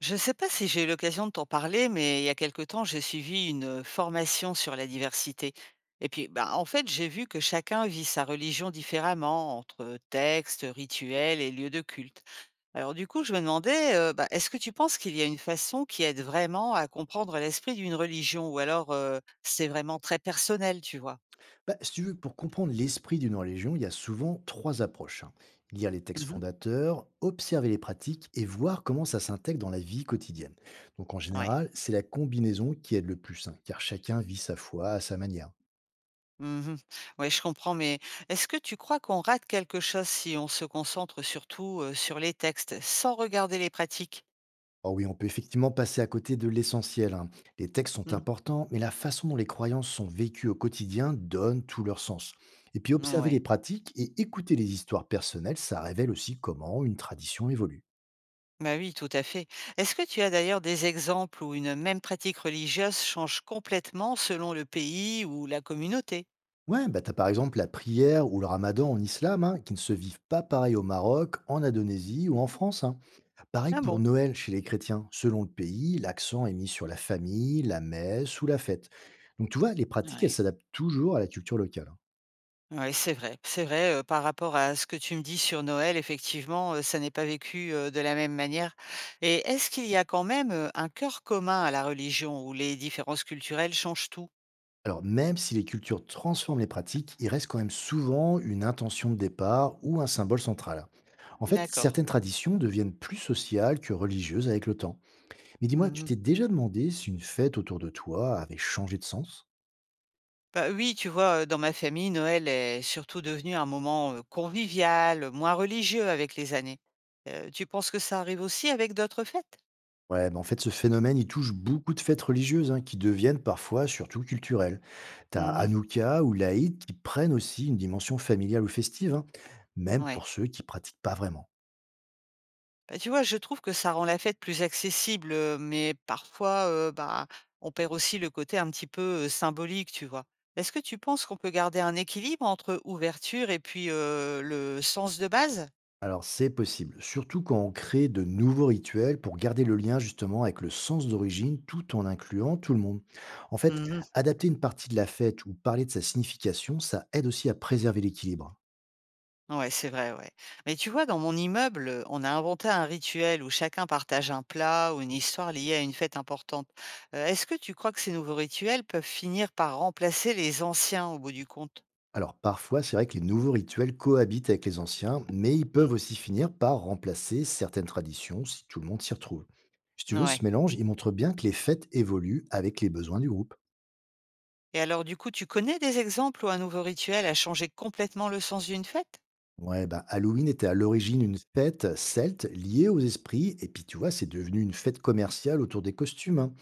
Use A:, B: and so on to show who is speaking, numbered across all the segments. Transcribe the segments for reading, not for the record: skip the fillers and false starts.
A: Je ne sais pas si j'ai eu l'occasion de t'en parler, mais il y a quelque temps, j'ai suivi une formation sur la diversité. Et puis, bah, en fait, j'ai vu que chacun vit sa religion différemment, entre textes, rituels et lieux de culte. Alors du coup, je me demandais, bah, est-ce que tu penses qu'il y a une façon qui aide vraiment à comprendre l'esprit d'une religion, ou alors c'est vraiment très personnel, tu vois?
B: Bah, si tu veux, pour comprendre l'esprit d'une religion, il y a souvent 3 approches, hein. Lire les textes fondateurs, observer les pratiques et voir comment ça s'intègre dans la vie quotidienne. Donc en
A: Oui.
B: général, c'est la combinaison qui aide le plus, hein, car chacun vit sa foi à sa manière.
A: Mmh mh. Ouais, je comprends, mais est-ce que tu crois qu'on rate quelque chose si on se concentre surtout, sur les textes, sans regarder les pratiques?
B: Oh oui, on peut effectivement passer à côté de l'essentiel, hein. Les textes sont
A: Mm.
B: importants, mais la façon dont les croyances sont vécues au quotidien donne tout leur sens. Et puis
A: Non,
B: observer les
A: ouais.
B: pratiques et écouter les histoires personnelles, ça révèle aussi comment une tradition évolue.
A: Bah oui, tout à fait. Est-ce que tu as d'ailleurs des exemples où une même pratique religieuse change complètement selon le pays ou la communauté?
B: Ouais, bah, t'as par exemple la prière ou le ramadan en islam, hein, qui ne se vivent pas pareil au Maroc, en Indonésie ou en France, hein. Pareil
A: Ah
B: pour
A: bon?
B: Noël chez les chrétiens. Selon le pays, l'accent est mis sur la famille, la messe ou la fête. Donc tu vois, les pratiques, elles
A: Ouais.
B: s'adaptent toujours à la culture locale, hein.
A: Ouais, c'est vrai. C'est vrai, par rapport à ce que tu me dis sur Noël, effectivement, ça n'est pas vécu, de la même manière. Et est-ce qu'il y a quand même, un cœur commun à la religion où les différences culturelles changent tout?
B: Alors même si les cultures transforment les pratiques, il reste quand même souvent une intention de départ ou un symbole central, hein. En fait,
A: D'accord.
B: certaines traditions deviennent plus sociales que religieuses avec le temps. Mais dis-moi, tu
A: Mmh.
B: t'es déjà demandé si une fête autour de toi avait changé de sens?
A: Bah, oui, tu vois, dans ma famille, Noël est surtout devenu un moment, convivial, moins religieux avec les années. Tu penses que ça arrive aussi avec d'autres fêtes?
B: Ouais, bah, en fait, ce phénomène, il touche beaucoup de fêtes religieuses, hein, qui deviennent parfois surtout culturelles. T'as
A: Mmh.
B: Hanouka ou l'Aïd qui prennent aussi une dimension familiale ou festive, hein, même
A: Ouais.
B: pour ceux qui pratiquent pas vraiment.
A: Bah, tu vois, je trouve que ça rend la fête plus accessible, mais parfois, bah, on perd aussi le côté un petit peu, symbolique, tu vois? Est-ce que tu penses qu'on peut garder un équilibre entre ouverture et puis, le sens de base?
B: Alors, c'est possible, surtout quand on crée de nouveaux rituels pour garder le lien justement avec le sens d'origine tout en incluant tout le monde. En fait,
A: Mmh.
B: adapter une partie de la fête ou parler de sa signification, ça aide aussi à préserver l'équilibre.
A: Ouais, c'est vrai, ouais. Mais tu vois, dans mon immeuble, on a inventé un rituel où chacun partage un plat ou une histoire liée à une fête importante. Est-ce que tu crois que ces nouveaux rituels peuvent finir par remplacer les anciens au bout du compte?
B: Alors parfois, c'est vrai que les nouveaux rituels cohabitent avec les anciens, mais ils
A: Mm.
B: peuvent aussi finir par remplacer certaines traditions si tout le monde s'y retrouve. Si tu veux, ce
A: Ouais.
B: mélange, il montre bien que les fêtes évoluent avec les besoins du groupe.
A: Et alors, du coup, tu connais des exemples où un nouveau rituel a changé complètement le sens d'une fête?
B: Ouais, bah Halloween était à l'origine une fête celte liée aux esprits, et puis tu vois, c'est devenu une fête commerciale autour des costumes, hein.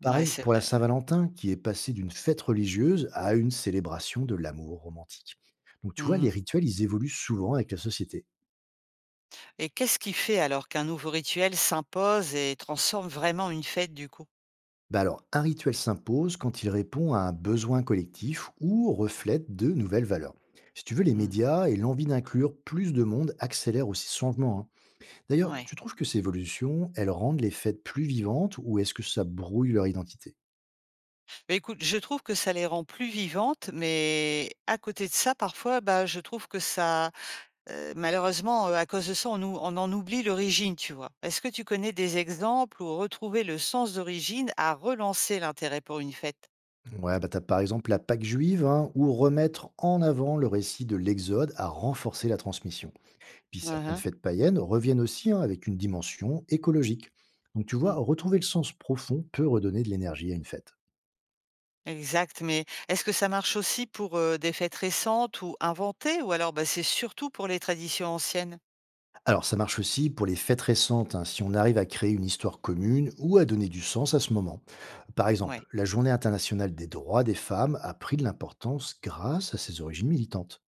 A: Ouais,
B: Pareil
A: c'est
B: pour la
A: vrai, ouais.
B: Saint-Valentin, qui est passée d'une fête religieuse à une célébration de l'amour romantique. Donc tu vois, les
A: Mhm.
B: rituels, ils évoluent souvent avec la société.
A: Et qu'est-ce qui fait alors qu'un nouveau rituel s'impose et transforme vraiment une fête, du coup?
B: Bah alors, un rituel s'impose quand il répond à un besoin collectif ou reflète de nouvelles valeurs. Si tu veux, les
A: Mm.
B: médias et l'envie d'inclure plus de monde accélèrent aussi ce changement, hein. D'ailleurs,
A: Ouais.
B: tu trouves que ces évolutions, elles rendent les fêtes plus vivantes ou est-ce que ça brouille leur identité?
A: Beh, écoute, je trouve que ça les rend plus vivantes, mais à côté de ça, parfois, bah, je trouve que ça, malheureusement, à cause de ça, on ou on en oublie l'origine, tu vois? Est-ce que tu connais des exemples où retrouver le sens d'origine a relancé l'intérêt pour une fête?
B: Ouais, bah t'as par exemple la Pâque juive, hein, où remettre en avant le récit de l'Exode a renforcé la transmission. Puis
A: Mmh
B: certaines
A: mh.
B: fêtes païennes reviennent aussi, hein, avec une dimension écologique. Donc tu vois,
A: Mmh,
B: retrouver le sens profond peut redonner de l'énergie à une fête.
A: exact, mais est-ce que ça marche aussi pour, des fêtes récentes ou inventées ou alors, bah, c'est surtout pour les traditions anciennes?
B: Alors, ça marche aussi pour les fêtes récentes, hein, si on arrive à créer une histoire commune ou à donner du sens à ce moment. Par exemple,
A: Ouais,
B: la Journée internationale des droits des femmes a pris de l'importance grâce à ses origines militantes.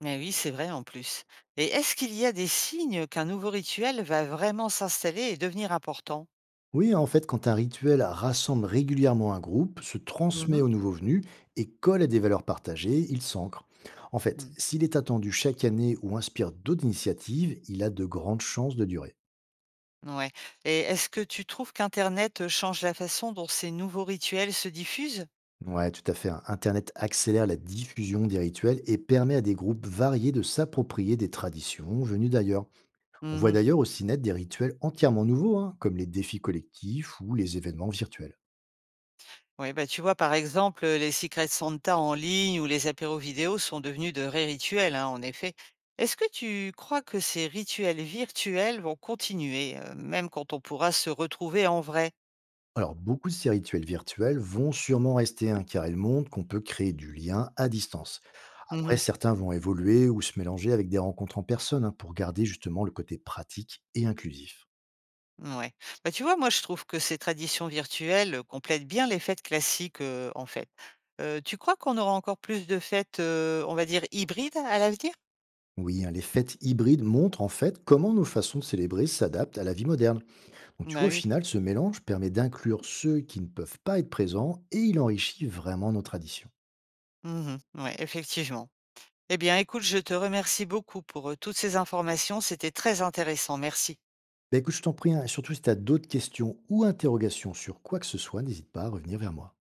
A: mais oui, c'est vrai en plus. Et est-ce qu'il y a des signes qu'un nouveau rituel va vraiment s'installer et devenir important?
B: Oui, en fait, quand un rituel rassemble régulièrement un groupe, se
A: Mmh
B: transmet
A: mh.
B: aux nouveaux venus et colle à des valeurs partagées, il s'ancre. En fait,
A: Mmh.
B: s'il est attendu chaque année ou inspire d'autres initiatives, il a de grandes chances de durer.
A: Ouais, et est-ce que tu trouves qu'internet change la façon dont ces nouveaux rituels se diffusent?
B: Ouais, tout à fait, hein. Internet accélère la diffusion des rituels et permet à des groupes variés de s'approprier des traditions venues d'ailleurs. On
A: Mmh
B: voit
A: mh.
B: d'ailleurs aussi naître des rituels entièrement nouveaux, hein, comme les défis collectifs ou les événements virtuels.
A: Ouais, bah, tu vois, par exemple, les secrets de Santa en ligne ou les apéros vidéo sont devenus de vrais rituels, hein, en effet. Est-ce que tu crois que ces rituels virtuels vont continuer, même quand on pourra se retrouver en vrai?
B: Alors, beaucoup de ces rituels virtuels vont sûrement rester, hein, car ils montrent qu'on peut créer du lien à distance. Après,
A: Mmh.
B: certains vont évoluer ou se mélanger avec des rencontres en personne, hein, pour garder justement le côté pratique et inclusif.
A: Ouais, bah, tu vois, moi, je trouve que ces traditions virtuelles complètent bien les fêtes classiques, en fait. Tu crois qu'on aura encore plus de fêtes, on va dire hybrides à l'avenir?
B: Oui, hein, les fêtes hybrides montrent en fait comment nos façons de célébrer s'adaptent à la vie moderne. Donc tu vois,
A: Bah,
B: au
A: oui.
B: final, ce mélange permet d'inclure ceux qui ne peuvent pas être présents et il enrichit vraiment nos traditions.
A: Mmh. Ouais, effectivement. Eh bien, écoute, je te remercie beaucoup pour, toutes ces informations. C'était très intéressant. Merci.
B: Bah écoute, je t'en prie, hein, et surtout si tu as d'autres questions ou interrogations sur quoi que ce soit, n'hésite pas à revenir vers moi.